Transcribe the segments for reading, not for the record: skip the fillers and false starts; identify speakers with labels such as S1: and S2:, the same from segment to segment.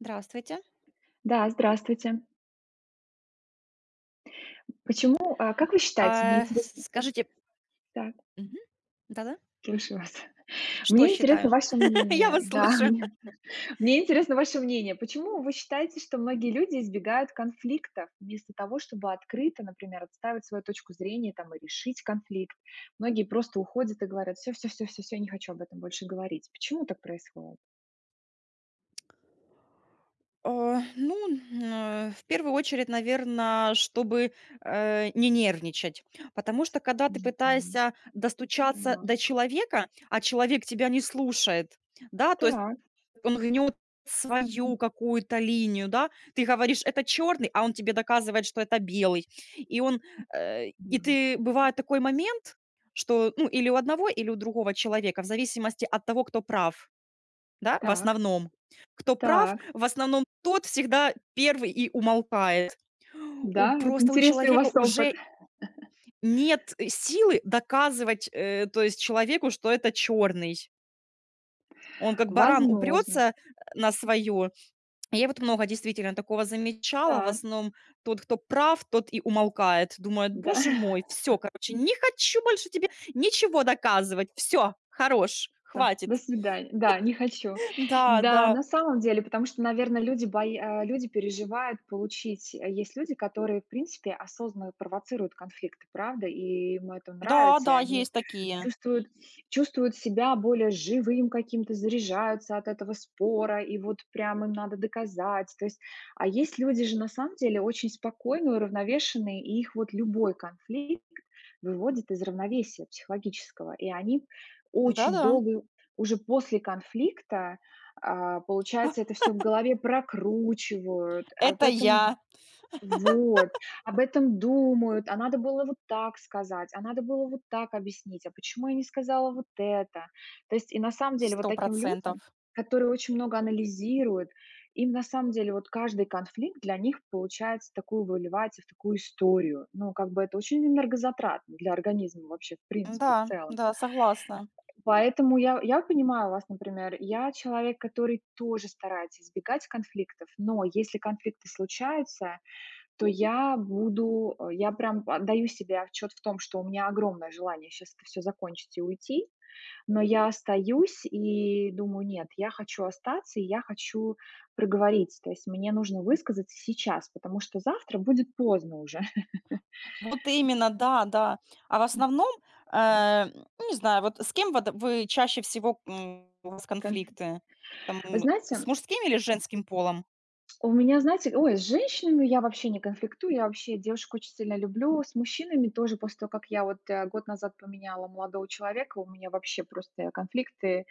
S1: Здравствуйте.
S2: Да, здравствуйте. Почему, как вы считаете, мне
S1: А,
S2: интересно.
S1: с скажите.
S2: Так,
S1: Мгм. Да-да.
S2: слушаю вас.
S1: Что
S2: Мне интересно
S1: считаю?
S2: ваше
S1: Я
S2: мнение.
S1: вас
S2: Да,
S1: слушаю.
S2: мне интересно ваше мнение. Почему вы считаете, что многие люди избегают конфликтов вместо того, чтобы открыто, например, отстаивать свою точку зрения там и решить конфликт? Многие просто уходят и говорят: "Все, все, все, все, всё, я не хочу об этом больше говорить". Почему так происходит?
S1: А, ну, в первую очередь, наверное, чтобы, не нервничать. Потому что, когда ты
S2: Мгм.
S1: пытаешься достучаться
S2: Согласна.
S1: до человека, а человек тебя не слушает, да, то есть,
S2: Так,
S1: он гнет свою какую-то линию, да. Ты говоришь: "Это черный", а он тебе доказывает, что это белый. И он, и
S2: да.
S1: ты, бывает такой момент, что, ну, или у одного, или у другого человека, в зависимости от того, кто прав, да, в
S2: Так,
S1: основном. Кто прав,
S2: так.
S1: в основном тот всегда первый и умолкает. У
S2: Да, вот
S1: просто у
S2: интересный у
S1: человека
S2: вас опыт.
S1: уже нет силы доказывать, то есть человеку, что это черный. Он как баран
S2: Возможно.
S1: упрется на свое. Я вот много действительно такого замечала. В
S2: Так,
S1: основном тот, кто прав, тот и умолкает. Думает: "Боже
S2: да.
S1: мой, все, короче, не хочу больше тебе ничего доказывать. Все, хорош,
S2: Да,
S1: хватит".
S2: до свидания. Да, не хочу.
S1: Да,
S2: Да,
S1: да.
S2: на самом деле, потому что, наверное, люди бои а, люди переживают получить а, есть люди, которые, в принципе, осознанно провоцируют конфликты, правда, и им это
S1: Да,
S2: нравится, и
S1: да, есть
S2: они
S1: такие.
S2: чувствуют чувствуют себя более живым каким-то, заряжаются от этого спора, и вот прям им надо доказать. То есть, а есть люди же, на самом деле, очень спокойные, уравновешенные, и их вот любой конфликт выводит из равновесия психологического, и они очень
S1: Да-да.
S2: долго уже после конфликта, получается, это все в голове прокручивают,
S1: Это я,
S2: вот, об этом думают, а надо было вот так сказать, а надо было вот так объяснить, а почему я не сказала вот это? То есть и на самом деле вот
S1: сто
S2: таким людям,
S1: процентов.
S2: которые очень много анализируют, им на самом деле вот каждый конфликт для них получается такую выливается в такую историю. Ну, как бы это очень энергозатратно для организма вообще, в принципе, в
S1: Да,
S2: целом.
S1: да, согласна.
S2: Поэтому я понимаю вас, например. Я человек, который тоже старается избегать конфликтов, но если конфликты случаются, то я прям даю себе отчет в том, что у меня огромное желание сейчас это всё закончить и уйти, но я остаюсь и думаю: "Нет, я хочу остаться, и я хочу проговорить". То есть мне нужно высказаться сейчас, потому что завтра будет поздно уже.
S1: Вот именно, да, да. А в основном, э, не знаю, вот с кем вот вы чаще всего, м, у вас
S2: Конф
S1: конфликты? Там,
S2: Вы
S1: м, с
S2: знаете,
S1: мужским или женским полом?
S2: у меня, знаете, ой, с женщинами я вообще не конфликтую, я вообще девушек очень сильно люблю. С мужчинами тоже, после того, как год назад поменяла молодого человека, у меня вообще просто конфликты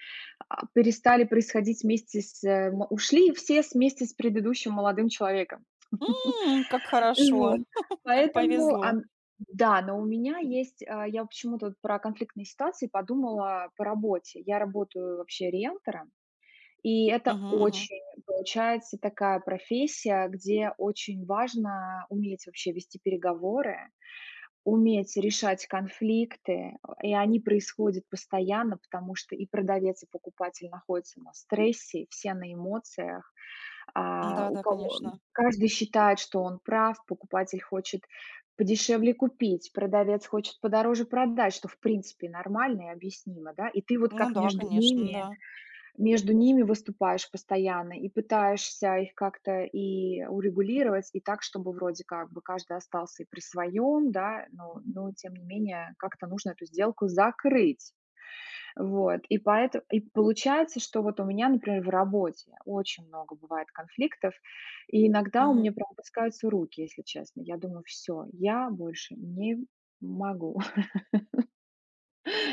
S2: перестали происходить вместе с... э, м- Ушли все вместе с предыдущим молодым человеком.
S1: М, как
S2: Вот.
S1: хорошо, как
S2: Поэтому,
S1: повезло.
S2: да, но у меня есть, а, я почему-то вот про конфликтные ситуации подумала по работе. Я работаю вообще риэлтором, и это
S1: Мгм, мгм.
S2: очень получается такая профессия, где очень важно уметь вообще вести переговоры, уметь решать конфликты, и они происходят постоянно, потому что и продавец, и покупатель находятся на стрессе, все на эмоциях. А, у
S1: Да-да,
S2: кого
S1: конечно.
S2: каждый считает, что он прав, покупатель хочет подешевле купить, продавец хочет подороже продать, что в принципе нормально и объяснимо, да. И ты вот
S1: Ну
S2: как
S1: да,
S2: между
S1: конечно,
S2: ними
S1: да.
S2: между ними выступаешь постоянно и пытаешься их как-то и урегулировать, и так, чтобы вроде как бы каждый остался и при своем, да, но тем не менее как-то нужно эту сделку закрыть. Вот, и поэтому и получается, что вот у меня, например, в работе очень много бывает конфликтов, и иногда у меня
S1: Мгм.
S2: прям опускаются руки, если честно. Я думаю: "Все, я больше не могу".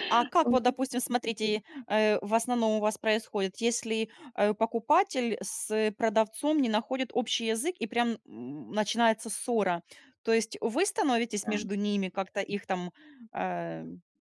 S1: А как вот, допустим, смотрите, в основном у вас происходит, если, покупатель с продавцом не находит общий язык и прям, м, начинается ссора, то есть вы становитесь
S2: Да.
S1: между ними как-то, их там, э,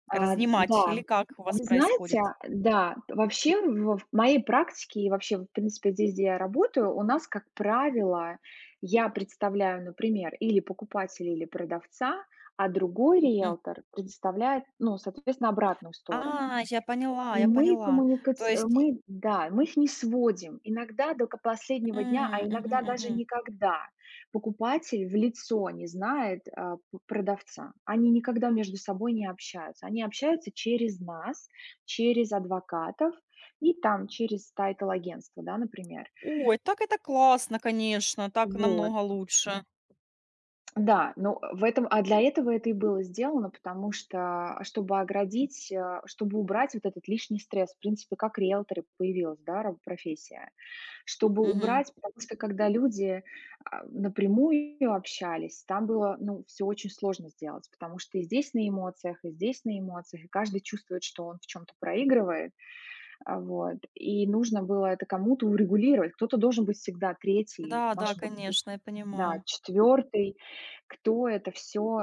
S2: А,
S1: разнимать, или
S2: да.
S1: как у вас
S2: Вы
S1: происходит?
S2: знаете, да, вообще в моей практике и вообще, в принципе, здесь, где я работаю, у нас, как правило, я представляю, например, или покупателя, или продавца, а другой
S1: М.
S2: риэлтор представляет, ну, соответственно, обратную
S1: А,
S2: сторону.
S1: я поняла,
S2: И
S1: я
S2: мы
S1: поняла. То
S2: коммуникать э,
S1: есть и
S2: мы, да, мы их не сводим. Иногда до ко последнего дня, а
S1: м, мгм,
S2: иногда даже
S1: мгм.
S2: никогда покупатель в лицо не знает, а, п продавца. Они никогда между собой не общаются. Они общаются через нас, через адвокатов и там через тайтл-агентство, да, например.
S1: Ой, так это классно, конечно, так
S2: Вот.
S1: намного лучше.
S2: Да, ну в этом а для этого это и было сделано, потому что, чтобы оградить, чтобы убрать вот этот лишний стресс. В принципе, как риэлторы появилась, да, ра профессия. Чтобы
S1: Мгм.
S2: убрать, потому что когда люди, напрямую общались, там было, ну, все очень сложно сделать, потому что и здесь на эмоциях, и здесь на эмоциях, и каждый чувствует, что он в чем то проигрывает. Вот. И нужно было это кому-то урегулировать. Кто-то должен быть всегда третий,
S1: Да,
S2: в
S1: да,
S2: нашем вот случае,
S1: конечно, я
S2: да,
S1: понимаю.
S2: четвертый, кто это все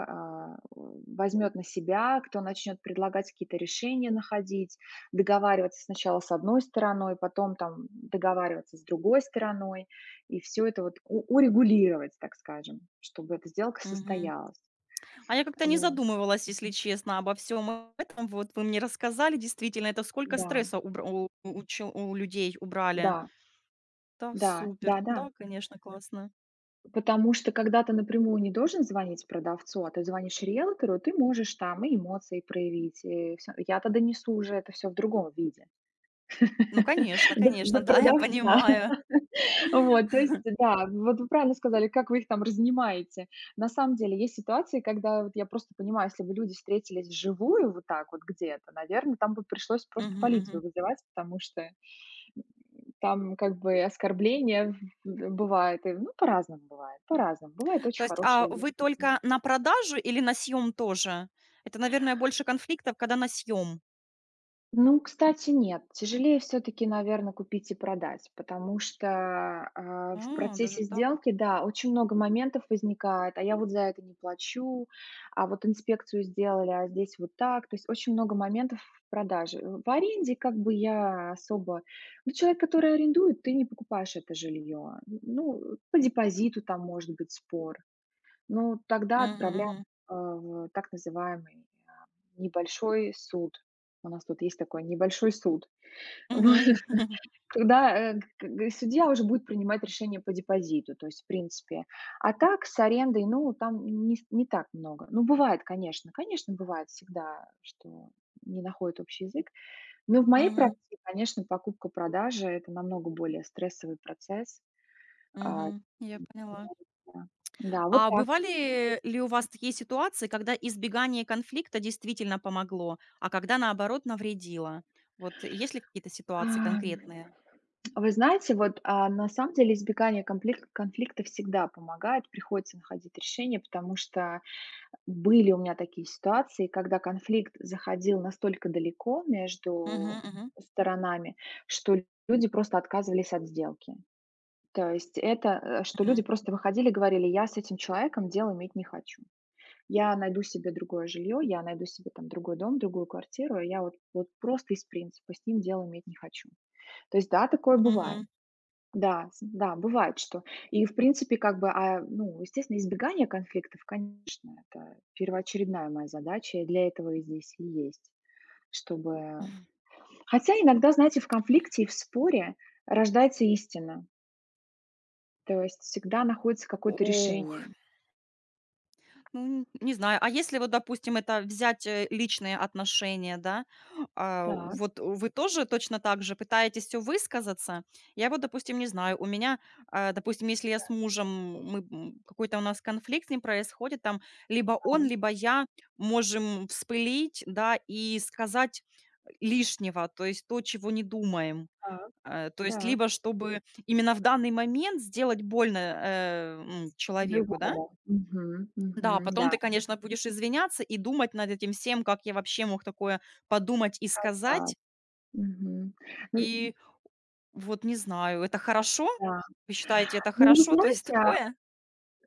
S2: возьмет на себя, кто начнет предлагать какие-то решения находить, договариваться сначала с одной стороной, потом там договариваться с другой стороной, и все это вот урегулировать, так скажем, чтобы эта сделка
S1: Мгм.
S2: состоялась.
S1: А я как-то не
S2: Вот.
S1: задумывалась, если честно, обо всем этом. Вот вы мне рассказали, действительно, это сколько
S2: Да,
S1: стресса убра у чел у людей убрали.
S2: да,
S1: Да,
S2: да,
S1: супер.
S2: да, да.
S1: Да, конечно, классно.
S2: Потому что, когда ты напрямую не должен звонить продавцу, а ты звонишь риэлтору, ты можешь там и эмоции проявить, и всё. Я-то донесу уже это все в другом виде
S1: Ну, конечно,
S2: до
S1: конечно, да, я
S2: продавца.
S1: понимаю.
S2: Вот, то есть, да, вот вы правильно сказали, как вы их там разнимаете. На самом деле есть ситуации, когда вот я просто понимаю, если бы люди встретились вживую вот так вот где-то, наверное, там бы пришлось просто
S1: Мгм,
S2: полицию
S1: мгм.
S2: вызывать, потому что там как бы оскорбления в бывает, и ну, по-разному бывает, по-разному. Бывают
S1: То
S2: очень
S1: есть, а
S2: хорошие люди.
S1: вы
S2: Да.
S1: только на продажу или на съем тоже? Это, наверное, больше конфликтов, когда на съем.
S2: Ну, кстати, нет. Тяжелее все-таки, наверное, купить и продать, потому что в
S1: А, даже
S2: процессе
S1: так.
S2: сделки, да, очень много моментов возникает, а я вот за это не плачу, а вот инспекцию сделали, а здесь вот так. То есть очень много моментов в продаже. В аренде как бы я особо... Ну, человек, который арендует, ты не покупаешь это жилье. Ну, по депозиту там может быть спор. Ну, тогда
S1: Мгм,
S2: отправляем,
S1: мгм.
S2: в так называемый, небольшой суд. У нас тут есть такой небольшой суд.
S1: Мгм.
S2: Вот. Туда, к судья уже будет принимать решение по депозиту, то есть в принципе. А так с арендой, ну, там не так много. Ну, бывает, конечно, конечно, бывает всегда, что не находят общий язык. Но в моей
S1: Мгм.
S2: практике, конечно, покупка-продажа- это намного более стрессовый процесс. А,
S1: Мгм. Я поняла.
S2: да. Да, вот
S1: А
S2: так.
S1: бывали ли у вас такие ситуации, когда избегание конфликта действительно помогло, а когда, наоборот, навредило? Вот есть ли какие-то
S2: А,
S1: ситуации конкретные?
S2: вы знаете, вот, на самом деле избегание комплик конфликта всегда помогает, приходится находить решение, потому что были у меня такие ситуации, когда конфликт заходил настолько далеко
S1: Мгм.
S2: между
S1: Мгм.
S2: сторонами, что люди просто отказывались от сделки. То есть что люди
S1: Мгм.
S2: просто выходили и говорили: "Я с этим человеком дело иметь не хочу. Я найду себе другое жилье, я найду себе там другой дом, другую квартиру, я вот просто из принципа с ним дело иметь не хочу". То есть да, такое бывает.
S1: Мгм.
S2: Да, с да, бывает, что и, в принципе, как бы, ну, естественно, избегание конфликтов, конечно, это первоочередная моя задача. И для этого и здесь и есть, чтобы хотя иногда, знаете, в конфликте и в споре рождается истина. То есть всегда находится какое-то
S1: Ох.
S2: решение.
S1: Ну, н не знаю. А если вот, допустим, это взять, личные отношения, да,
S2: Так,
S1: вот вы тоже точно так же пытаетесь все высказаться? Я вот, допустим, не знаю, у меня, допустим, если я с мужем, мы, м, какой-то у нас конфликт с ним происходит, там либо он,
S2: так,
S1: либо я можем вспылить, да, и сказать лишнего, то есть то, чего не думаем.
S2: так,
S1: То есть
S2: так.
S1: либо чтобы именно в данный момент сделать больно, человеку, да,
S2: другому Мгм,
S1: да,
S2: мгм,
S1: потом
S2: да,
S1: ты, конечно, будешь извиняться и думать над этим всем, как я вообще мог такое подумать и
S2: как так.
S1: сказать.
S2: Мгм. Ну
S1: И вот не знаю, это хорошо?
S2: да.
S1: Вы считаете, это
S2: Ну, вы
S1: хорошо? То есть
S2: знаете,
S1: такое?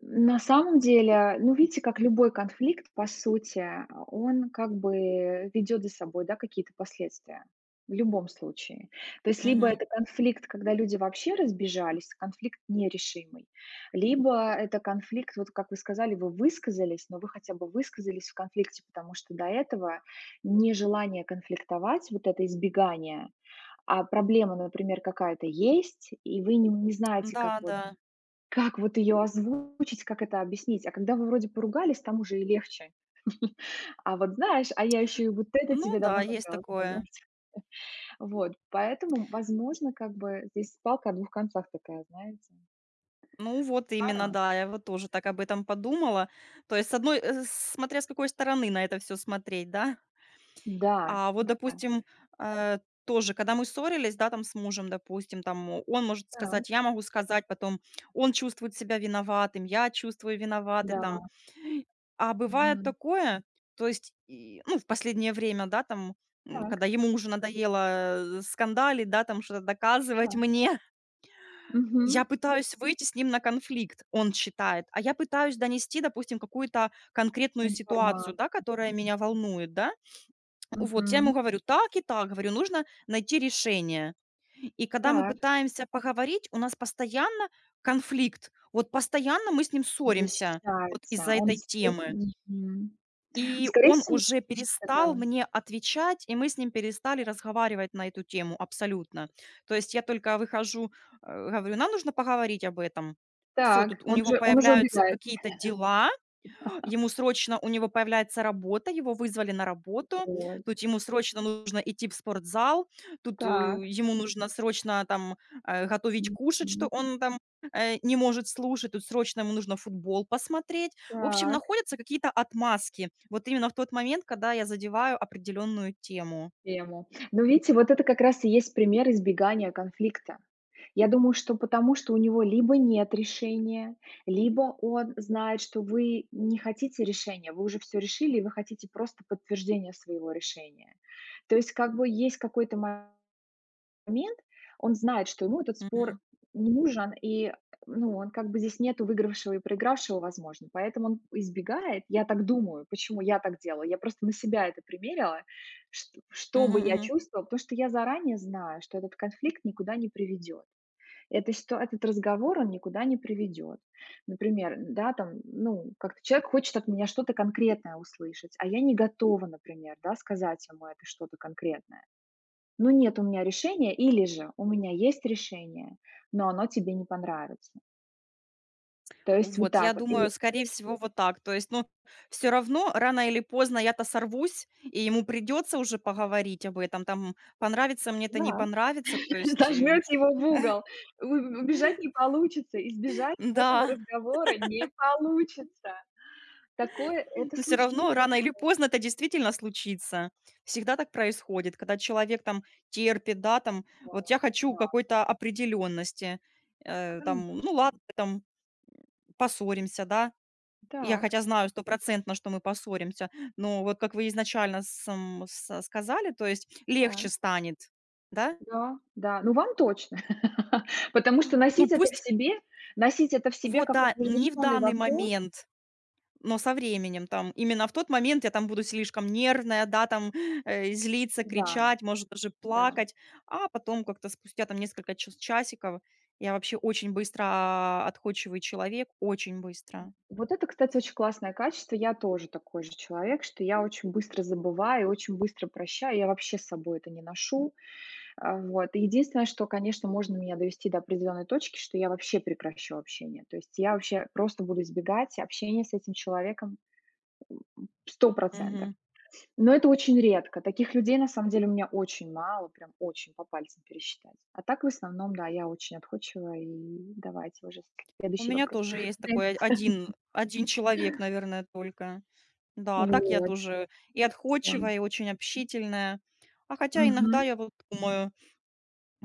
S2: на самом деле, ну, видите, как любой конфликт, по сути, он как бы ведет за собой, да, какие-то последствия. В любом случае. То есть либо
S1: Мгм.
S2: это конфликт, когда люди вообще разбежались, конфликт нерешимый, либо это конфликт, вот как вы сказали, вы высказались, но вы хотя бы высказались в конфликте, потому что до этого нежелание конфликтовать, вот это избегание, а проблема, например, какая-то есть, и вы не знаете, как
S1: Да,
S2: вот
S1: да.
S2: как вот ее озвучить, как это объяснить? А когда вы вроде поругались, там уже и легче. А вот знаешь: "А я еще и вот это
S1: Ну
S2: тебе
S1: да,
S2: давно
S1: есть
S2: хотела сказать".
S1: такое.
S2: Вот, поэтому, возможно, как бы здесь палка о двух концах такая, знаете.
S1: Ну вот именно,
S2: По-разному.
S1: да, я вот тоже так об этом подумала. То есть, с одной, смотря с какой стороны на это все смотреть, да?
S2: Да,
S1: А вот,
S2: да.
S1: допустим, э, тоже, когда мы ссорились, да, там с мужем, допустим, там о он может
S2: Так,
S1: сказать, я могу сказать, потом он чувствует себя виноватым, я чувствую виноватой
S2: да.
S1: там. А бывает
S2: Мгм.
S1: такое, то есть, и, ну, в последнее время, да, там, м,
S2: Так,
S1: когда ему уже надоело, скандалить, да, там что-то доказывать
S2: так.
S1: мне, я
S2: Мгм.
S1: пытаюсь выйти с ним на конфликт, он считает, а я пытаюсь донести, допустим, какую-то конкретную
S2: Информа
S1: ситуацию, да, которая меня волнует, да. Вот, я ему
S2: Мгм.
S1: говорю: "Так и так". Говорю: "Нужно найти решение". И когда мы
S2: Так,
S1: пытаемся поговорить, у нас постоянно конфликт. Вот постоянно мы с ним ссоримся вот
S2: защищается.
S1: из-за
S2: Он
S1: этой
S2: скрыт
S1: темы.
S2: Мгм.
S1: И
S2: Скорее
S1: он
S2: всего,
S1: уже
S2: защита,
S1: перестал
S2: да.
S1: мне отвечать, и мы с ним перестали разговаривать на эту тему абсолютно. То есть я только выхожу, говорю: "Нам нужно поговорить об этом". Все,
S2: Так,
S1: тут у
S2: он
S1: него
S2: уже он уже
S1: появляются
S2: убегает.
S1: какие-то дела, ему срочно, у него появляется работа, его вызвали на работу,
S2: Вот.
S1: тут ему срочно нужно идти в спортзал, тут,
S2: Так.
S1: ему нужно срочно там, готовить кушать, что
S2: Мгм.
S1: он там, не может слушать, тут срочно ему нужно футбол посмотреть. В общем,
S2: Так,
S1: находятся какие-то отмазки вот именно в тот момент, когда я задеваю определенную тему.
S2: тему. Ну, видите, вот это как раз и есть пример избегания конфликта. Я думаю, что потому, что у него либо нет решения, либо он знает, что вы не хотите решения, вы уже все решили, и вы хотите просто подтверждения своего решения. То есть как бы есть какой-то момент, момент, он знает, что ему этот спор
S1: Мгм.
S2: не нужен, и, ну, он как бы здесь нету выигравшего и проигравшего, возможно, поэтому он избегает. Я так думаю, почему я так делаю. Я просто на себя это примерила, что бы
S1: Мгм,
S2: я
S1: мгм.
S2: чувствовала, потому что я заранее знаю, что этот конфликт никуда не приведет. Это что, этот разговор он никуда не приведет. Например, да, там, ну, как-то человек хочет от меня что-то конкретное услышать, а я не готова, например, да, сказать ему это что-то конкретное. Ну, нет у меня решения, или же у меня есть решение, но оно тебе не понравится. То есть вот
S1: Вот, я
S2: так вот.
S1: думаю,
S2: И
S1: скорее всего, вот так. То есть, ну, все равно рано или поздно я-то сорвусь, и ему придется уже поговорить об этом. Там понравится мне это, не
S2: да,
S1: понравится.
S2: зажмете его в угол. У убежать не получится, избежать этого
S1: Да,
S2: разговора не получится. Такое это
S1: но все равно
S2: случится.
S1: рано или поздно это действительно случится. Всегда так происходит, когда человек там терпит, да, там.
S2: Да,
S1: Вот я хочу
S2: да,
S1: какой-то определенности,
S2: конечно.
S1: там, ну ладно, там поссоримся, да. Я
S2: Так,
S1: хотя знаю стопроцентно, что мы поссоримся, но вот как вы изначально сам са сказали, то есть
S2: так,
S1: легче станет, да?
S2: да, да. Ну, вам точно. Потому что
S1: Ну,
S2: носить это в
S1: пусть
S2: себе носить это в себе
S1: вот, да,
S2: какой-то
S1: не в
S2: разрешенный
S1: данный
S2: вопрос.
S1: момент, но со временем там. Именно в тот момент я там буду слишком нервная, да, там, злиться,
S2: Да,
S1: кричать, может даже
S2: да.
S1: плакать, а потом как-то спустя там несколько часиков я вообще очень быстро отходчивый человек, очень быстро.
S2: Вот это, кстати, очень классное качество. Я тоже такой же человек, что я очень быстро забываю, очень быстро прощаю. Я вообще с собой это не ношу. Вот. И единственное, что, конечно, можно меня довести до определенной точки, что я вообще прекращу общение. То есть я вообще просто буду избегать общения с этим человеком, м, сто процентов.
S1: Мгм.
S2: Но это очень редко. Таких людей, на самом деле, у меня очень мало, прям очень по пальцам пересчитать. А так, в основном, да, я очень отходчива. И давайте уже
S1: У
S2: следующий
S1: меня
S2: вопрос.
S1: тоже есть такой один человек, наверное, только. Да, а так я
S2: Вот.
S1: тоже и
S2: Да.
S1: отходчивая, и очень общительная. А хотя иногда
S2: Мгм.
S1: я вот думаю,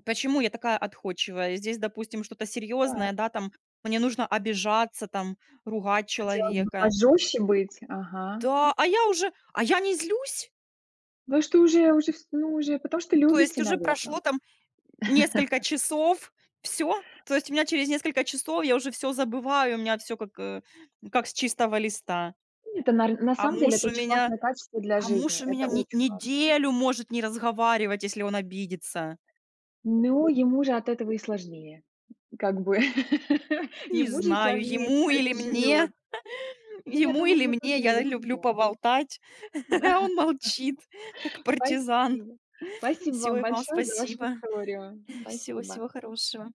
S1: почему я такая отходчивая? Здесь, допустим, что-то
S2: Так.
S1: серьезное, да, там мне нужно обижаться, там ругать
S2: Хотелось бы
S1: человека.
S2: пожестче быть, ага.
S1: Да, а я не злюсь.
S2: Потому что уже уже вс ну, уже потому что
S1: То есть
S2: любите,
S1: уже
S2: наверное.
S1: прошло там несколько часов, все. То есть у меня через несколько часов я уже все забываю, у меня все как, как с чистого листа.
S2: Это на
S1: А
S2: самом
S1: муж
S2: деле это
S1: у
S2: очень
S1: меня
S2: классное качество для
S1: А муж
S2: жизни,
S1: у меня
S2: это
S1: не
S2: очень классно.
S1: неделю может не разговаривать, если он обидится.
S2: Но ему же от этого и сложнее. Как бы
S1: Не
S2: ему же и
S1: знаю,
S2: сложнее,
S1: ему или
S2: кстати,
S1: мне.
S2: живет. Ну, я
S1: Ему
S2: думаю,
S1: или
S2: ему тоже
S1: мне. Я люблю
S2: нелегко.
S1: поболтать,
S2: Да,
S1: а он молчит, как партизан.
S2: спасибо. Спасибо
S1: Всего
S2: вам
S1: и вам
S2: большое за вашу
S1: спасибо.
S2: историю. Спасибо.
S1: Всего хорошего.